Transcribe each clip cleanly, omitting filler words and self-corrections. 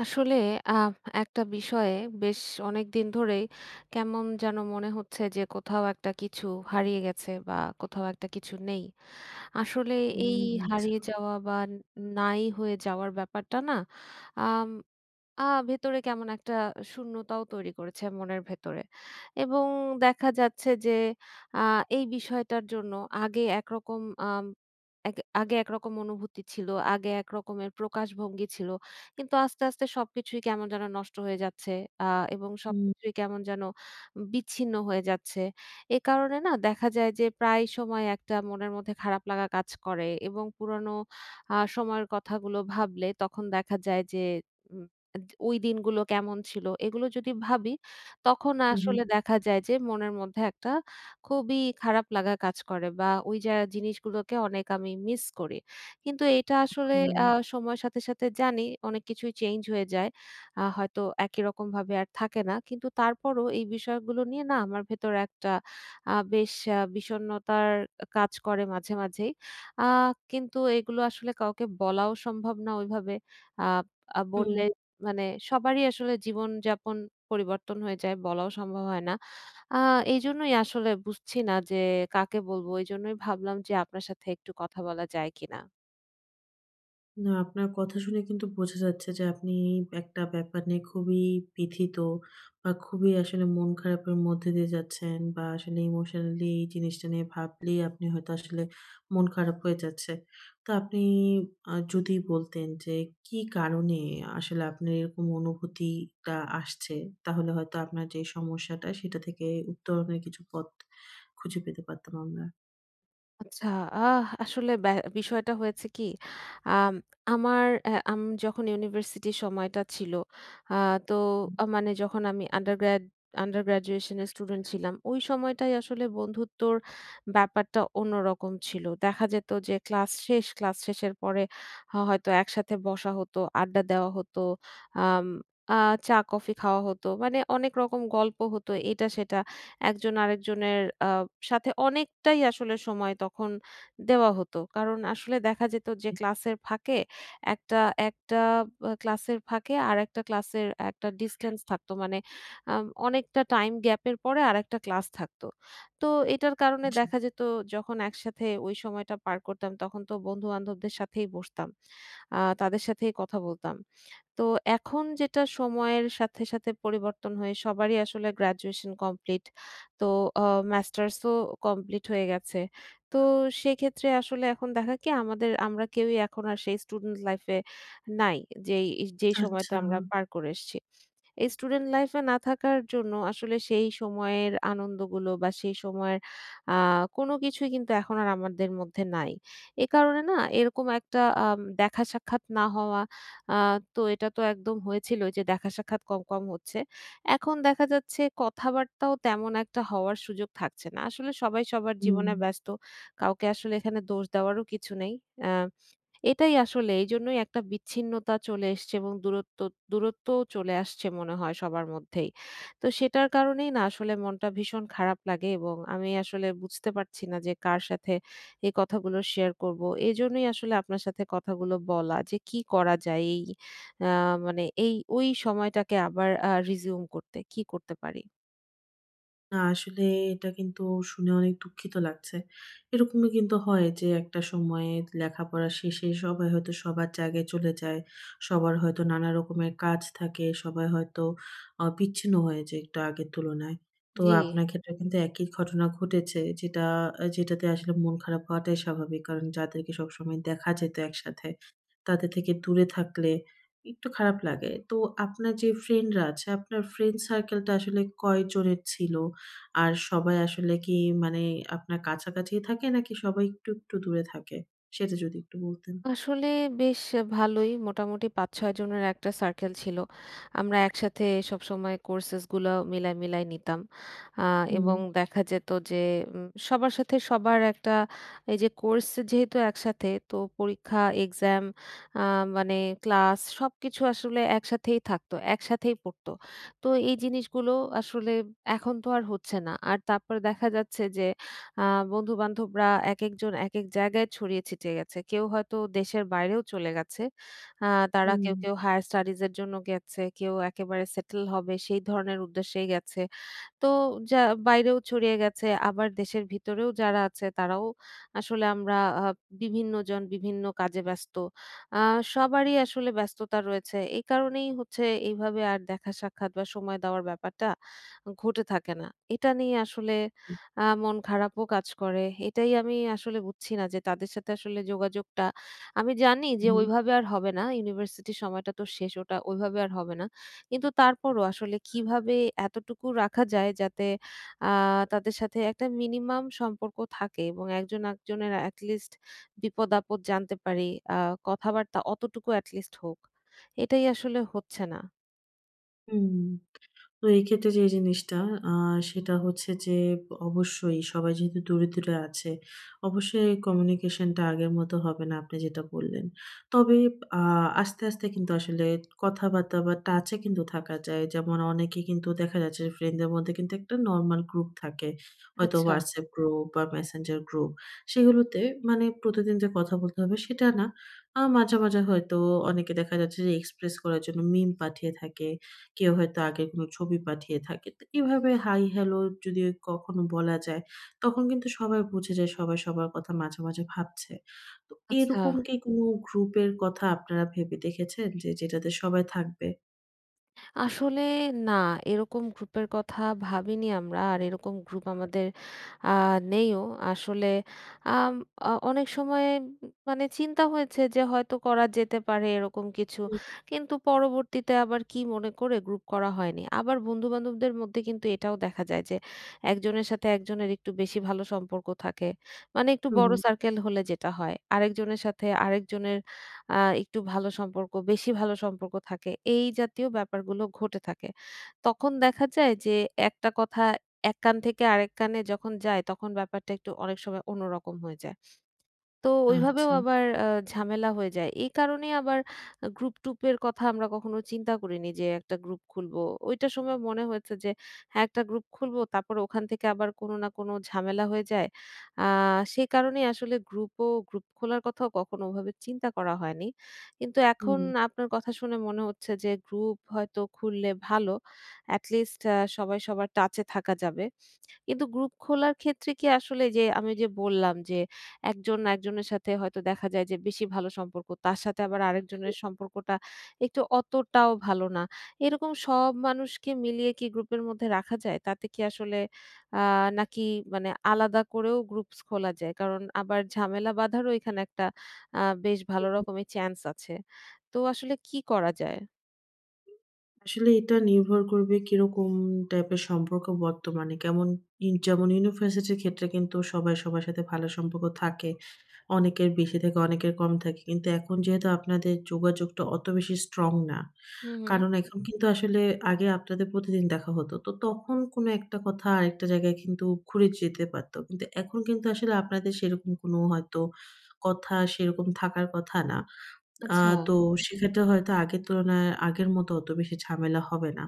আসলে আহ, একটা বিষয়ে বেশ অনেক দিন ধরেই কেমন যেন মনে হচ্ছে যে কোথাও একটা কিছু হারিয়ে গেছে বা কোথাও একটা কিছু নেই। আসলে ও এই আচ্ছা। হারিয়ে যাওয়া বা নাই হয়ে যাওয়ার ব্যাপারটা না আ ভেতরে কেমন একটা শূন্যতাও তৈরি করেছে মনের ভেতরে। এবং দেখা যাচ্ছে যে আ এই বিষয়টার জন্য আগে একরকম আম এক আগে একরকম অনুভূতি ছিল, আগে এক রকমের প্রকাশভঙ্গি ছিল। কিন্তু আস্তে, আস্তে সবকিছুই কেমন যেন নষ্ট হয়ে যাচ্ছে আ এবং হুম, সবকিছুই কেমন যেন বিচ্ছিন্ন হয়ে যাচ্ছে। এ কারণে না দেখা যায় যে প্রায় সময় একটা মনের মধ্যে খারাপ লাগা কাজ করে এবং পুরনো সময়ের কথাগুলো ভাবলে তখন দেখা যায় যে উম ওই দিনগুলো কেমন ছিল এগুলো যদি ভাবি তখন হু, হু। আসলে দেখা যায় যে মনের মধ্যে একটা খুবই খারাপ লাগা কাজ করে বা ওই যা জিনিসগুলোকে অনেক আমি মিস করি। কিন্তু এটা আসলে তো আ সময়ের সাথে, সাথে জানি অনেক কিছুই চেঞ্জ হয়ে যায়। হয়তো একই রকমভাবে আর থাকে না। কিন্তু তারপরও এই বিষয়গুলো নিয়ে না আমার ভেতর একটা বেশ বিষণ্ণতার কাজ করে মাঝে, মাঝেই। আ কিন্তু এগুলো আসলে কাউকে বলাও সম্ভব না ওইভাবে। আ আ হুম। বললে মানে সবারই আসলে জীবনযাপন পরিবর্তন হয়ে যায় বলাও সম্ভব হয় না। আ এইজন্যই আসলে বুঝছি না যে কাকে বলবো? এইজন্যই ভাবলাম যে আপনার সাথে একটু কথা বলা যায় কিনা? না, আপনার কথা শুনে কিন্তু বোঝা যাচ্ছে যে আপনি একটা ব্যাপার নিয়ে খুবই ব্যথিত বা খুবই আসলে মন খারাপের মধ্যে দিয়ে যাচ্ছেন, বা আসলে ইমোশনালি এই জিনিসটা নিয়ে ভাবলেই আপনি হয়তো আসলে মন খারাপ হয়ে যাচ্ছে। তো আপনি যদি বলতেন যে কি কারণে আসলে আপনার এরকম অনুভূতিটা আসছে, তাহলে হয়তো আপনার যে সমস্যাটা সেটা থেকে উত্তরণের কিছু পথ খুঁজে পেতে পারতাম আমরা। আচ্ছা, আহ আসলে ব্যা বিষয়টা হয়েছে কি? আম আমার অ্যা আম যখন ইউনিভার্সিটির সময়টা ছিল, আ তো আ মানে যখন আমি আন্ডার গ্র্যাজুয়েশন এর স্টুডেন্ট ছিলাম, ওই সময়টাই আসলে বন্ধুত্বর ব্যাপারটা অন্যরকম ছিল। দেখা যেত যে ক্লাস শেষ, ক্লাস শেষের পরে হয়তো একসাথে বসা হতো, আড্ডা দেওয়া হতো, আম আ চা-কফি খাওয়া হতো। মানে অনেক রকম গল্প হতো, এটা সেটা। একজন আরেকজনের সাথে অনেকটাই আসলে সময় তখন দেওয়া হতো। কারণ আসলে দেখা যেত যে ক্লাসের ফাঁকে একটা একটা আ ক্লাসের ফাঁকে আরেকটা ক্লাসের একটা ডিসট্যান্স থাকতো। মানে অনেকটা টাইম গ্যাপের পরে আরেকটা ক্লাস থাকতো। তো এটার কারণে জি, দেখা যেত যখন একসাথে ওই সময়টা পার করতাম তখন তো বন্ধু-বান্ধবদের সাথেই বসতাম। তাদের সাথেই কথা বলতাম। তো এখন যেটা সময়ের সাথে, সাথে পরিবর্তন হয়ে সবারই আসলে গ্র্যাজুয়েশন কমপ্লিট। তো আ মাস্টার্সও কমপ্লিট হয়ে গেছে। তো সেক্ষেত্রে আসলে এখন দেখা কি আমাদের আমরা কেউই এখন আর সেই স্টুডেন্ট লাইফ এ নাই। যেই যেই সময়টা আচ্ছা। আমরা পার করে এসেছি। এই স্টুডেন্ট লাইফ এ না থাকার জন্য আসলে সেই সময়ের আনন্দগুলো বা সেই সময়ের আ কোনো কিছুই কিন্তু এখন আর আমাদের মধ্যে নাই। এ কারণে না এরকম একটা দেখা সাক্ষাৎ না হওয়া আ তো এটা তো একদম হয়েছিল যে দেখা সাক্ষাৎ কম, কম হচ্ছে। এখন দেখা যাচ্ছে কথাবার্তাও তেমন একটা হওয়ার সুযোগ থাকছে না। আসলে সবাই সবার হুম। জীবনে ব্যস্ত। কাউকে আসলে এখানে দোষ দেওয়ারও কিছু নেই। অ্যা এটাই আসলে এইজন্যই একটা বিচ্ছিন্নতা চলে এসছে এবং দূরত্বও চলে আসছে মনে হয় সবার মধ্যেই। তো সেটার কারণেই না আসলে মনটা ভীষণ খারাপ লাগে এবং আমি আসলে বুঝতে পারছি না যে কার সাথে এই কথাগুলো শেয়ার করব। এজন্যই আসলে আপনার সাথে কথাগুলো বলা যে কি করা যায় এই আ মানে এই ওই সময়টাকে আবার resume করতে, কি করতে পারি? না আসলে এটা কিন্তু শুনে অনেক দুঃখিত লাগছে। এরকমই কিন্তু হয় যে একটা সময়ে লেখাপড়া শেষে সবাই হয়তো সবার জায়গায় চলে যায়। সবার হয়তো নানা রকমের কাজ থাকে। সবাই হয়তো বিচ্ছিন্ন হয়ে যায় একটু আগের তুলনায়। তো জি। আপনার ক্ষেত্রে কিন্তু একই ঘটনা ঘটেছে, যেটাতে আসলে মন খারাপ হওয়াটাই স্বাভাবিক। কারণ যাদেরকে সবসময় দেখা যেত একসাথে, তাদের থেকে দূরে থাকলে একটু খারাপ লাগে। তো আপনার যে ফ্রেন্ডরা আছে, আপনার ফ্রেন্ড সার্কেলটা আসলে কয়জনের ছিল? আর সবাই আসলে কি, মানে আপনার কাছাকাছি থাকে নাকি সবাই একটু, একটু দূরে থাকে? সেটা যদি একটু বলতেন। আসলে বেশ ভালোই। মোটামুটি ৫-৬ জনের একটা সার্কেল ছিল। আমরা একসাথে সবসময় কোর্সেস গুলো মিলাই, মিলাই নিতাম। আ হুম, এবং দেখা যেত যে সবার সাথে সবার একটা এই যে কোর্স যেহেতু একসাথে তো পরীক্ষা, এক্সাম আ মানে ক্লাস সবকিছু আসলে একসাথেই থাকতো, একসাথেই পড়তো। তো এই জিনিসগুলো আসলে এখন তো আর হচ্ছে না। আর তারপরে দেখা যাচ্ছে যে আ বন্ধু-বান্ধবরা একেকজন একেক জায়গায় ছড়িয়ে ছিটিয়ে গেছে। কেউ হয়তো দেশের বাইরেও চলে গেছে। আ তারা হুম, কেউ, কেউ হায়ার স্টাডিজ এর জন্য গেছে, কেউ একেবারে সেটেল হবে সেই ধরনের উদ্দেশ্যেই গেছে। তো যা বাইরেও ছড়িয়ে গেছে আবার দেশের ভিতরেও যারা আছে তারাও আসলে আমরা আ বিভিন্নজন বিভিন্ন কাজে ব্যস্ত। আ সবারই আসলে ব্যস্ততা রয়েছে। এই কারণেই হচ্ছে এইভাবে আর দেখা সাক্ষাৎ বা সময় দেওয়ার ব্যাপারটা ঘটে থাকে না। এটা নিয়ে আসলে মন খারাপও কাজ করে। এটাই আমি আসলে বুঝছি না যে তাদের সাথে আসলে যোগাযোগটা আমি জানি যে হুম, ওইভাবে আর হবে না। ইউনিভার্সিটির সময়টা তো শেষ ওটা ওইভাবে আর হবে না। কিন্তু তারপরও আসলে কিভাবে এতটুকু রাখা যায় যাতে আ তাদের সাথে একটা মিনিমাম সম্পর্ক থাকে এবং একজন একজনের এটলিস্ট বিপদ-আপদ জানতে পারি। আ কথাবার্তা অতটুকু এটলিস্ট হোক। এটাই আসলে হচ্ছে না। হুম। তো এই ক্ষেত্রে যে জিনিসটা, আ সেটা হচ্ছে যে অবশ্যই সবাই যেহেতু দূরে, দূরে আছে, অবশ্যই কমিউনিকেশন টা আগের মতো হবে না, আপনি যেটা বললেন। তবে আ আস্তে, আস্তে কিন্তু আসলে কথাবার্তা বা টাচে কিন্তু থাকা যায়। যেমন অনেকে কিন্তু দেখা যাচ্ছে যে ফ্রেন্ডদের মধ্যে কিন্তু একটা নরমাল গ্রুপ থাকে। হয়তো আচ্ছা, WhatsApp গ্রুপ বা Messenger গ্রুপ। সেগুলোতে, মানে প্রতিদিন যে কথা বলতে হবে সেটা না। মাঝে, মাঝে হয়তো অনেকে দেখা যাচ্ছে যে এক্সপ্রেস করার জন্য মিম পাঠিয়ে থাকে। কেউ হয়তো আগের কোনো ছবি পাঠিয়ে থাকে। তো এভাবে হাই হ্যালো যদি কখনো বলা যায়, তখন কিন্তু সবাই বুঝে যায় সবাই সবার কথা মাঝে, মাঝে ভাবছে। তো আচ্ছা। এরকম কি কোনো গ্রুপের কথা আপনারা ভেবে দেখেছেন যে যেটাতে সবাই থাকবে? আসলে না, এরকম গ্রুপের কথা ভাবিনি আমরা। আর এরকম গ্রুপ আমাদের আ নেইও। আসলে আম আ অনেক সময় মানে চিন্তা হয়েছে যে হয়তো করা যেতে পারে এরকম কিছু। হুম, কিন্তু পরবর্তীতে আবার কি মনে করে গ্রুপ করা হয়নি। আবার বন্ধু-বান্ধবদের মধ্যে কিন্তু এটাও দেখা যায় যে একজনের সাথে একজনের একটু বেশি ভালো সম্পর্ক থাকে। মানে একটু বড় হুম। সার্কেল হলে যেটা হয়। আরেকজনের সাথে আরেকজনের আ একটু ভালো সম্পর্ক, বেশি ভালো সম্পর্ক থাকে। এই জাতীয় ব্যাপারগুলো ঘটে থাকে। তখন দেখা যায় যে একটা কথা এক কান থেকে আরেক কানে যখন যায় তখন ব্যাপারটা একটু অনেক সময় অন্যরকম হয়ে যায়। তো ওইভাবেও আচ্ছা। আবার ঝামেলা হয়ে যায়। এই কারণে আবার গ্রুপ টুপের কথা আমরা কখনো চিন্তা করিনি যে একটা গ্রুপ খুলবো। ওইটার সময় মনে হয়েছে যে হ্যাঁ, একটা গ্রুপ খুলবো। তারপরে ওখান থেকে আবার কোনো না কোনো ঝামেলা হয়ে যায়। আ সেই কারণেই আসলে গ্রুপ খোলার কথাও কখনো ওভাবে চিন্তা করা হয়নি। কিন্তু এখন হুম। আপনার কথা শুনে মনে হচ্ছে যে গ্রুপ হয়তো খুললে ভালো। এটলিস্ট সবাই সবার টাচে থাকা যাবে। কিন্তু গ্রুপ খোলার ক্ষেত্রে কি আসলে যে আমি যে বললাম যে একজন একজনের সাথে হয়তো দেখা যায় যে বেশি ভালো সম্পর্ক, তার সাথে আবার আরেকজনের সম্পর্কটা একটু অতটাও ভালো না। এরকম সব মানুষকে মিলিয়ে কি গ্রুপের মধ্যে রাখা যায়? তাতে কি আসলে আ নাকি মানে আলাদা করেও গ্রুপস খোলা যায়? কারণ আবার ঝামেলা বাঁধারও এখানে একটা বেশ ভালো রকমের চান্স আছে। তো আসলে কি করা যায়? আসলে এটা নির্ভর করবে কিরকম টাইপের সম্পর্ক বর্তমানে। কেমন ইন যেমন ইউনিভার্সিটির ক্ষেত্রে কিন্তু সবাই সবার সাথে ভালো সম্পর্ক থাকে। অনেকের বেশি থাকে, অনেকের কম থাকে। কিন্তু এখন যেহেতু আপনাদের যোগাযোগটা অত বেশি স্ট্রং না। হুম, হুম। কারণ এখন কিন্তু আসলে আগে আপনাদের প্রতিদিন দেখা হতো। তো তখন কোনো একটা কথা আরেকটা জায়গায় কিন্তু ঘুরে যেতে পারত। কিন্তু এখন কিন্তু আসলে আপনাদের সেরকম কোনো হয়তো কথা সেরকম থাকার কথা না। আ আচ্ছা, তো সেক্ষেত্রে হয়তো আগের তুলনায় আগের মতো অত বেশি ঝামেলা হবে না।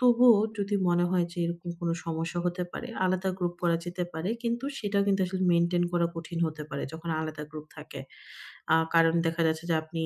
তবুও যদি মনে হয় যে এরকম কোনো সমস্যা হতে পারে, আলাদা গ্রুপ করা যেতে পারে। কিন্তু সেটা কিন্তু আসলে মেইনটেইন করা কঠিন হতে পারে যখন আলাদা গ্রুপ থাকে। কারণ দেখা যাচ্ছে যে আপনি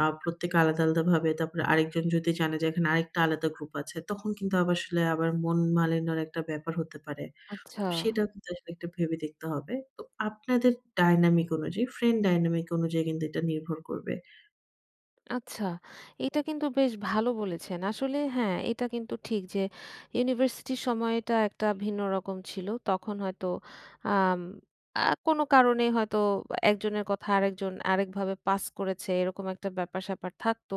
প্রত্যেকে আলাদা, আলাদাভাবে, তারপরে আরেকজন যদি জানে যে এখানে আরেকটা আলাদা গ্রুপ আছে, তখন কিন্তু আবার আসলে মন মালিন্যর একটা ব্যাপার হতে পারে। আচ্ছা। তো সেটাও কিন্তু আসলে একটা ভেবে দেখতে হবে। তো আপনাদের ডায়নামিক অনুযায়ী, ফ্রেন্ড ডায়নামিক অনুযায়ী কিন্তু এটা নির্ভর করবে। আচ্ছা, এটা কিন্তু বেশ ভালো বলেছেন। আসলে হ্যাঁ, এটা কিন্তু ঠিক যে ইউনিভার্সিটির সময়টা একটা ভিন্ন রকম ছিল। তখন হয়তো আম আ কোনো কারণে হয়তো একজনের কথা আরেকজন আরেকভাবে পাস করেছে এরকম একটা ব্যাপার-স্যাপার থাকতো।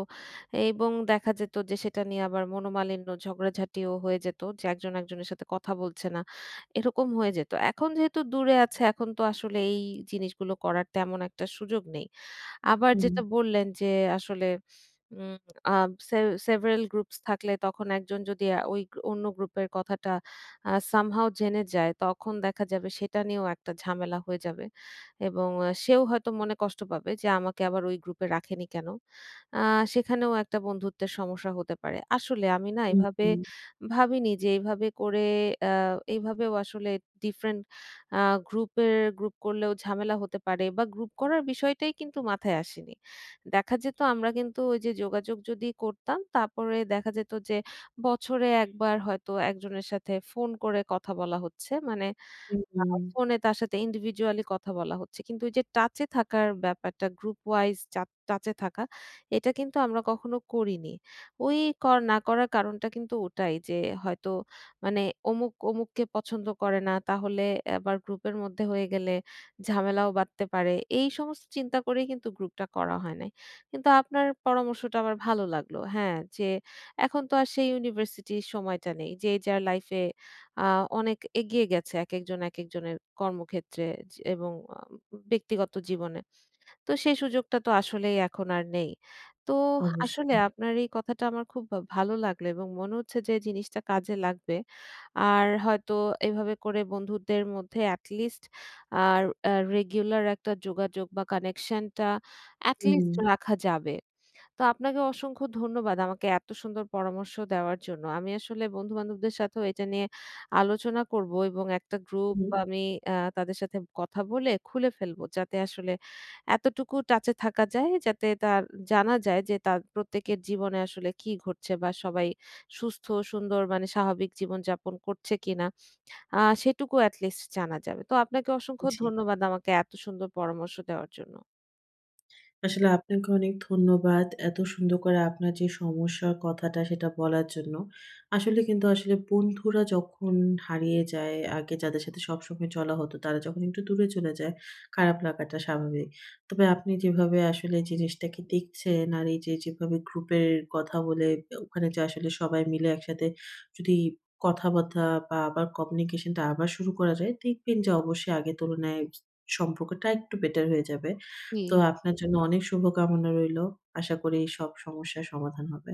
এবং দেখা যেত যে সেটা নিয়ে আবার মনোমালিন্য, ঝগড়াঝাটিও হয়ে যেত যে একজন একজনের সাথে কথা বলছে না, এরকম হয়ে যেত। এখন যেহেতু দূরে আছে এখন তো আসলে এই জিনিসগুলো করার তেমন একটা সুযোগ নেই। আবার হুম। যেটা বললেন যে আসলে উম আ সে সেভারাল গ্রুপস থাকলে তখন একজন যদি অন্য গ্রুপের কথাটা সামহাও জেনে যায়, তখন দেখা যাবে সেটা নিয়েও একটা ঝামেলা হয়ে যাবে। এবং সেও হয়তো মনে কষ্ট পাবে যে আমাকে আবার ওই গ্রুপে রাখেনি কেন? আ সেখানেও একটা বন্ধুত্বের সমস্যা হতে পারে। আসলে আমি না হুম, এভাবে হুম, ভাবিনি যে এভাবে করে আ এভাবেও আসলে ডিফারেন্ট আ গ্রুপের গ্রুপ করলেও ঝামেলা হতে পারে বা গ্রুপ করার বিষয়টাই কিন্তু মাথায় আসেনি। দেখা যেত আমরা কিন্তু ওই যে যোগাযোগ যদি করতাম তারপরে দেখা যেত যে বছরে একবার হয়তো একজনের সাথে ফোন করে কথা বলা হচ্ছে। মানে আ হুম, ফোনে তার সাথে individually কথা বলা হচ্ছে। কিন্তু ওই যে টাচে থাকার ব্যাপারটা গ্রুপ ওয়াইজ চা টাচে থাকা, এটা কিন্তু আমরা কখনো করিনি। ওই কর না করার কারণটা কিন্তু ওটাই যে হয়তো মানে অমুক, অমুককে পছন্দ করে না তাহলে আবার গ্রুপের মধ্যে হয়ে গেলে ঝামেলাও বাধতে পারে। এই সমস্ত চিন্তা করেই কিন্তু গ্রুপটা করা হয় নাই। কিন্তু আপনার পরামর্শটা আমার ভালো লাগলো। হ্যাঁ, যে এখন তো আর সেই ইউনিভার্সিটির সময়টা নেই। যে যার লাইফে আ অনেক এগিয়ে গেছে একেকজন একেকজনের কর্মক্ষেত্রে এবং ব্যক্তিগত জীবনে। তো সেই সুযোগটা তো আসলেই এখন আর নেই। তো আসলে অবশ্যই। আপনার এই কথাটা আমার খুব ভালো লাগলো এবং মনে হচ্ছে যে জিনিসটা কাজে লাগবে। আর হয়তো এভাবে করে বন্ধুদের মধ্যে at least আর রেগুলার একটা যোগাযোগ বা কানেকশনটা at হুম, least রাখা যাবে। তো আপনাকে অসংখ্য ধন্যবাদ আমাকে এত সুন্দর পরামর্শ দেওয়ার জন্য। আমি আসলে বন্ধু-বান্ধবদের সাথেও এটা নিয়ে আলোচনা করব এবং একটা গ্রুপ হুম, আমি আ তাদের সাথে কথা বলে খুলে ফেলবো। যাতে আসলে এতটুকু টাচে থাকা যায় যাতে তার জানা যায় যে তার প্রত্যেকের জীবনে আসলে কি ঘটছে বা সবাই সুস্থ, সুন্দর মানে স্বাভাবিক জীবনযাপন করছে কিনা সেটুকু এটলিস্ট জানা যাবে। তো আপনাকে অসংখ্য জি। ধন্যবাদ আমাকে এত সুন্দর পরামর্শ দেওয়ার জন্য। আসলে আপনাকে অনেক ধন্যবাদ। এত সুন্দর করে আপনার যে সমস্যার কথাটা, সেটা বলার জন্য। আসলে বন্ধুরা যখন হারিয়ে যায়, আগে যাদের সাথে সবসময় চলা হতো, তারা যখন একটু দূরে চলে যায়, খারাপ লাগাটা স্বাভাবিক। তবে আপনি যেভাবে আসলে জিনিসটাকে দেখছেন, আর এই যে যেভাবে গ্রুপের কথা বলে ওখানে যে আসলে সবাই মিলে একসাথে যদি কথাবার্তা বা কমিউনিকেশনটা আবার শুরু করা যায়, দেখবেন যে অবশ্যই আগের তুলনায় সম্পর্কটা একটু বেটার হয়ে যাবে। জি। তো আপনার জন্য অনেক শুভকামনা রইলো। আশা করি সব সমস্যার সমাধান হবে।